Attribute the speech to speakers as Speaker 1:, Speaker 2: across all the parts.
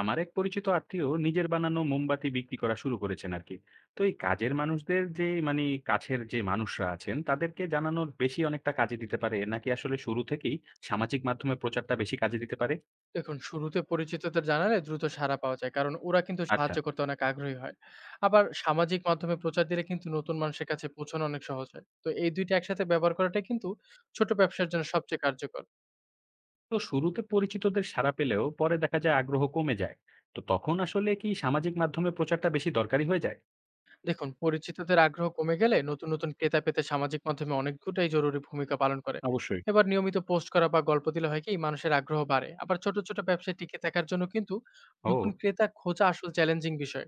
Speaker 1: আমার এক পরিচিত আত্মীয় নিজের বানানো মোমবাতি বিক্রি করা শুরু করেছেন আর কি। তো এই কাজের মানুষদের যে মানে কাছের যে মানুষরা আছেন তাদেরকে জানানোর বেশি অনেকটা কাজে দিতে পারে নাকি আসলে শুরু থেকেই সামাজিক মাধ্যমে প্রচারটা বেশি কাজে দিতে পারে?
Speaker 2: দেখুন, শুরুতে পরিচিতদের জানালে দ্রুত সাড়া পাওয়া যায়, কারণ ওরা কিন্তু
Speaker 1: আচ্ছা।
Speaker 2: সাহায্য করতে অনেক আগ্রহী হয়। আবার সামাজিক মাধ্যমে প্রচার দিলে কিন্তু নতুন মানুষের কাছে পৌঁছানো অনেক সহজ হয়। তো এই দুইটা একসাথে ব্যবহার করাটাই কিন্তু ছোট ব্যবসার জন্য সবচেয়ে কার্যকর।
Speaker 1: তো শুরুতে পরিচিতদের সাড়া পেলেও পরে দেখা যায় আগ্রহ কমে যায়। তো তখন আসলে কি সামাজিক মাধ্যমে প্রচারটা বেশি দরকারি হয়ে যায়?
Speaker 2: দেখুন, পরিচিতদের আগ্রহ কমে গেলে নতুন নতুন ক্রেতা পেতে সামাজিক মাধ্যমে অনেকটাই জরুরি ভূমিকা পালন করে।
Speaker 1: অবশ্যই।
Speaker 2: এবার নিয়মিত পোস্ট করা বা গল্প দিলে হয় কি, মানুষের আগ্রহ বাড়ে। আবার ছোট ছোট ব্যবসায় টিকে থাকার জন্য কিন্তু নতুন
Speaker 1: ও।
Speaker 2: ক্রেতা খোঁজা আসল চ্যালেঞ্জিং বিষয়।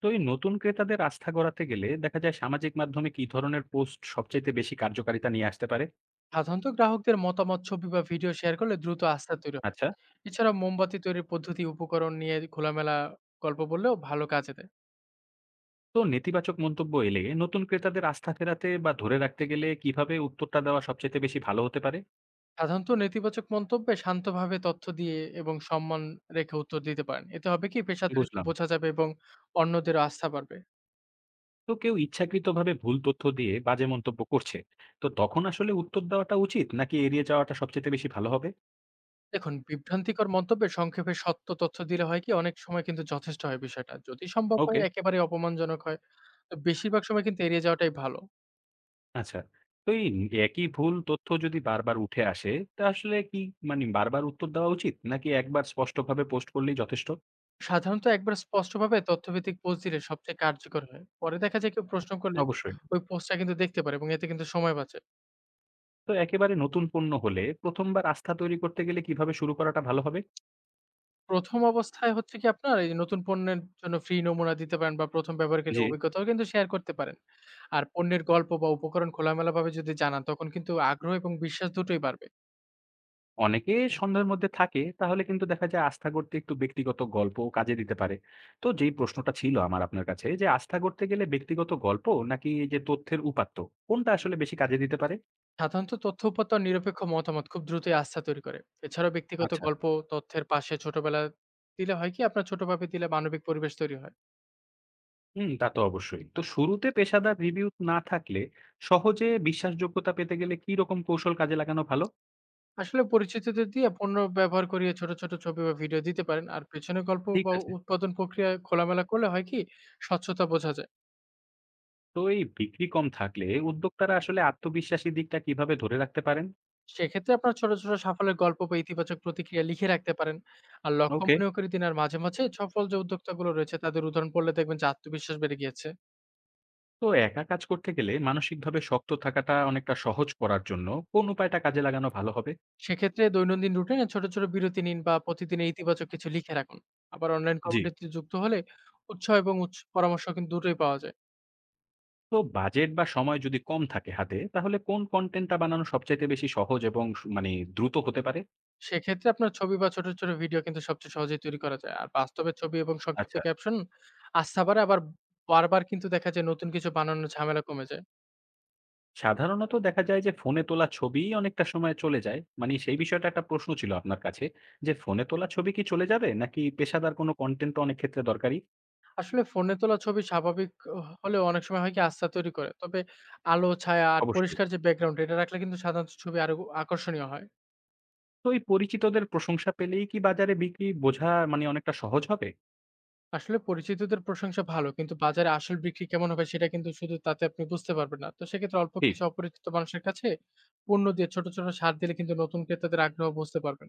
Speaker 1: তো এই নতুন ক্রেতাদের আস্থা গড়াতে গেলে দেখা যায় সামাজিক মাধ্যমে কি ধরনের পোস্ট সবচেয়ে বেশি কার্যকারিতা নিয়ে আসতে পারে?
Speaker 2: সাধারণত গ্রাহকদের মতামত, ছবি বা ভিডিও শেয়ার করলে দ্রুত আস্থা তৈরি হয়।
Speaker 1: আচ্ছা।
Speaker 2: এছাড়া মোমবাতি তৈরির পদ্ধতি, উপকরণ নিয়ে খোলামেলা গল্প বললেও ভালো কাজে দেয়।
Speaker 1: তো নেতিবাচক মন্তব্য এলে নতুন ক্রেতাদের আস্থা ফেরাতে বা ধরে রাখতে গেলে কিভাবে উত্তরটা দেওয়া সবচেয়ে বেশি ভালো হতে পারে?
Speaker 2: সাধারণত নেতিবাচক মন্তব্যে শান্তভাবে তথ্য দিয়ে এবং সম্মান রেখে উত্তর দিতে পারেন। এতে হবে কি, পেশাদারিত্ব
Speaker 1: বুঝলাম।
Speaker 2: বোঝা যাবে এবং অন্যদের আস্থা বাড়বে।
Speaker 1: তো কেউ ইচ্ছাকৃতভাবে ভুল তথ্য দিয়ে বাজে মন্তব্য করছে, তো তখন আসলে উত্তর দেওয়াটা উচিত নাকি এড়িয়ে যাওয়াটা সবচেয়ে বেশি ভালো হবে?
Speaker 2: দেখুন, বিভ্রান্তিকর মন্তব্যে সংক্ষেপে সত্য তথ্য দিলে হয় কি, অনেক সময় কিন্তু যথেষ্ট হয়। বিষয়টা যদি সম্ভব
Speaker 1: ওকে।
Speaker 2: হয়, একেবারে অপমানজনক হয়, তো বেশিরভাগ সময় কিন্তু এড়িয়ে যাওয়াটাই ভালো।
Speaker 1: আচ্ছা। তো এই একই ভুল তথ্য যদি বারবার উঠে আসে তা আসলে কি মানে বারবার উত্তর দেওয়া উচিত নাকি একবার স্পষ্টভাবে পোস্ট করলেই যথেষ্ট?
Speaker 2: সাধারণত একবার স্পষ্টভাবে তথ্যভিত্তিক পোস্ট দিলে সবচেয়ে কার্যকর হয়। পরে দেখা যায় কেউ প্রশ্ন করলে
Speaker 1: অবশ্যই।
Speaker 2: ওই পোস্টটা কিন্তু দেখতে পারে, এবং এতে কিন্তু সময় বাঁচে।
Speaker 1: তো একেবারে নতুন পণ্য হলে প্রথমবার আস্থা তৈরি করতে গেলে কিভাবে শুরু করাটা ভালো হবে?
Speaker 2: ১ম অবস্থায় হচ্ছে কি, আপনার এই যে নতুন পণ্যের জন্য ফ্রি নমুনা দিতে পারেন বা ১ম
Speaker 1: জি।
Speaker 2: ব্যবহারকারীর অভিজ্ঞতাও কিন্তু শেয়ার করতে পারেন। আর পণ্যের গল্প বা উপকরণ খোলামেলাভাবে যদি জানান, তখন কিন্তু আগ্রহ এবং বিশ্বাস দুটোই বাড়বে।
Speaker 1: অনেকে সন্দেহের মধ্যে থাকে তাহলে কিন্তু দেখা যায় আস্থা গড়তে একটু ব্যক্তিগত গল্প কাজে দিতে পারে। তো যেই প্রশ্নটা ছিল আমার আপনার কাছে যে আস্থা গড়তে গেলে ব্যক্তিগত গল্প নাকি এই যে তথ্যের উপাত্ত, কোনটা আসলে বেশি কাজে দিতে পারে?
Speaker 2: সাধারণত তথ্য উপাত্ত আর নিরপেক্ষ মতামত খুব দ্রুতই আস্থা তৈরি করে। এছাড়াও ব্যক্তিগত
Speaker 1: আচ্ছা।
Speaker 2: গল্প তথ্যের পাশে ছোটবেলা দিলে হয় কি, আপনার ছোটভাবে দিলে মানবিক পরিবেশ তৈরি হয়।
Speaker 1: হুম, তা তো অবশ্যই। তো শুরুতে পেশাদার রিভিউ না থাকলে সহজে বিশ্বাসযোগ্যতা পেতে গেলে কি রকম কৌশল কাজে লাগানো ভালো?
Speaker 2: আসলে পরিচিতদের দিয়ে পণ্য ব্যবহার করিয়ে ছোট, ছোট ছবি বা ভিডিও দিতে পারেন। আর পেছনে গল্প
Speaker 1: ঠিক
Speaker 2: বা
Speaker 1: আছে।
Speaker 2: উৎপাদন প্রক্রিয়া খোলামেলা করলে হয় কি? স্বচ্ছতা বোঝা যায়।
Speaker 1: তো এই বিক্রি কম থাকলে উদ্যোক্তারা আসলে আত্মবিশ্বাসী দিকটা কিভাবে ধরে রাখতে পারেন?
Speaker 2: সেক্ষেত্রে আপনার ছোট, ছোট সাফল্যের গল্প বা ইতিবাচক প্রতিক্রিয়া লিখে রাখতে পারেন। আর লক্ষ্য
Speaker 1: ওকে।
Speaker 2: মনেও করে দিন। আর মাঝে, মাঝে সফল যে উদ্যোক্তাগুলো রয়েছে তাদের উদাহরণ পড়লে দেখবেন যে আত্মবিশ্বাস বেড়ে গিয়েছে।
Speaker 1: তো একা কাজ করতে গেলে মানসিকভাবে শক্ত থাকাটা অনেকটা সহজ করার জন্য কোন উপায়টা কাজে লাগানো ভালো হবে?
Speaker 2: সেক্ষেত্রে দৈনন্দিন রুটিনে ছোট, ছোট বিরতি নিন বা প্রতিদিনের ইতিবাচক কিছু লিখে রাখুন। আবার অনলাইন
Speaker 1: জি।
Speaker 2: কমিউনিটিতে যুক্ত হলে উৎসাহ এবং উৎস পরামর্শ কিন্তু দুটোই পাওয়া যায়।
Speaker 1: তো বাজেট বা সময় যদি কম থাকে হাতে, তাহলে কোন কন্টেন্টটা বানানো সবচাইতে বেশি সহজ এবং মানে দ্রুত হতে পারে?
Speaker 2: সেক্ষেত্রে আপনার ছবি বা ছোট, ছোট ভিডিও কিন্তু সবচেয়ে সহজেই তৈরি করা যায়। আর বাস্তবের ছবি এবং সংক্ষিপ্ত
Speaker 1: আচ্ছা।
Speaker 2: ক্যাপশন আস্থা বাড়ায়। আবার বারবার কিন্তু দেখা যায় নতুন কিছু বানানোর ঝামেলা কমে যায়।
Speaker 1: সাধারণত দেখা যায় যে ফোনে তোলা ছবি অনেকটা সময় চলে যায়, মানে সেই বিষয়টা একটা প্রশ্ন ছিল আপনার কাছে, যে ফোনে তোলা ছবি কি চলে যাবে নাকি পেশাদার কোনো কন্টেন্ট অনেক ক্ষেত্রে দরকারি?
Speaker 2: আসলে ফোনে তোলা ছবি স্বাভাবিক হলেও অনেক সময় হয় কি, আস্থা তৈরি করে। তবে আলো, ছায়া আর
Speaker 1: অবশ্যই।
Speaker 2: পরিষ্কার যে ব্যাকগ্রাউন্ড, এটা রাখলে কিন্তু সাধারণত ছবি আরো আকর্ষণীয় হয়।
Speaker 1: তো এই পরিচিতদের প্রশংসা পেলেই কি বাজারে বিক্রি বোঝা মানে অনেকটা সহজ হবে?
Speaker 2: আসলে পরিচিতদের প্রশংসা ভালো, কিন্তু বাজারে আসল বিক্রি কেমন হবে সেটা কিন্তু শুধু তাতে আপনি বুঝতে পারবেন না। তো সেক্ষেত্রে অল্প
Speaker 1: ঠিক।
Speaker 2: কিছু অপরিচিত মানুষের কাছে পণ্য দিয়ে ছোট, ছোট ছাড় দিলে কিন্তু নতুন ক্রেতাদের আগ্রহ বুঝতে পারবেন।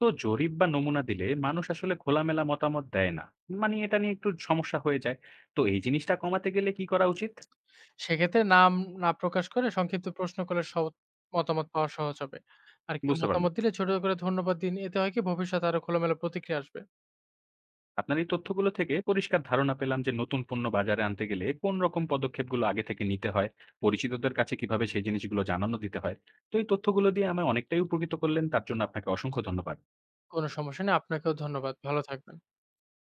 Speaker 1: তো জরিপ বা নমুনা দিলে মানুষ আসলে খোলামেলা মতামত দেয় না, মানে এটা নিয়ে একটু সমস্যা হয়ে যায়। তো এই জিনিসটা কমাতে গেলে কি করা উচিত?
Speaker 2: সেক্ষেত্রে নাম না প্রকাশ করে সংক্ষিপ্ত প্রশ্ন করলে সব মতামত পাওয়া সহজ হবে। আর কেউ
Speaker 1: বুঝতে পারলাম।
Speaker 2: মতামত দিলে ছোট করে ধন্যবাদ দিন। এতে হয় কি, ভবিষ্যতে আরো খোলামেলা প্রতিক্রিয়া আসবে।
Speaker 1: আপনার এই তথ্যগুলো থেকে পরিষ্কার ধারণা পেলাম যে নতুন পণ্য বাজারে আনতে গেলে কোন রকম পদক্ষেপগুলো আগে থেকে নিতে হয়, পরিচিতদের কাছে কিভাবে সেই জিনিসগুলো জানানো দিতে হয়। তো এই তথ্যগুলো দিয়ে আমায় অনেকটাই উপকৃত করলেন, তার জন্য আপনাকে অসংখ্য ধন্যবাদ।
Speaker 2: কোনো সমস্যা নেই। আপনাকেও ধন্যবাদ। ভালো থাকবেন।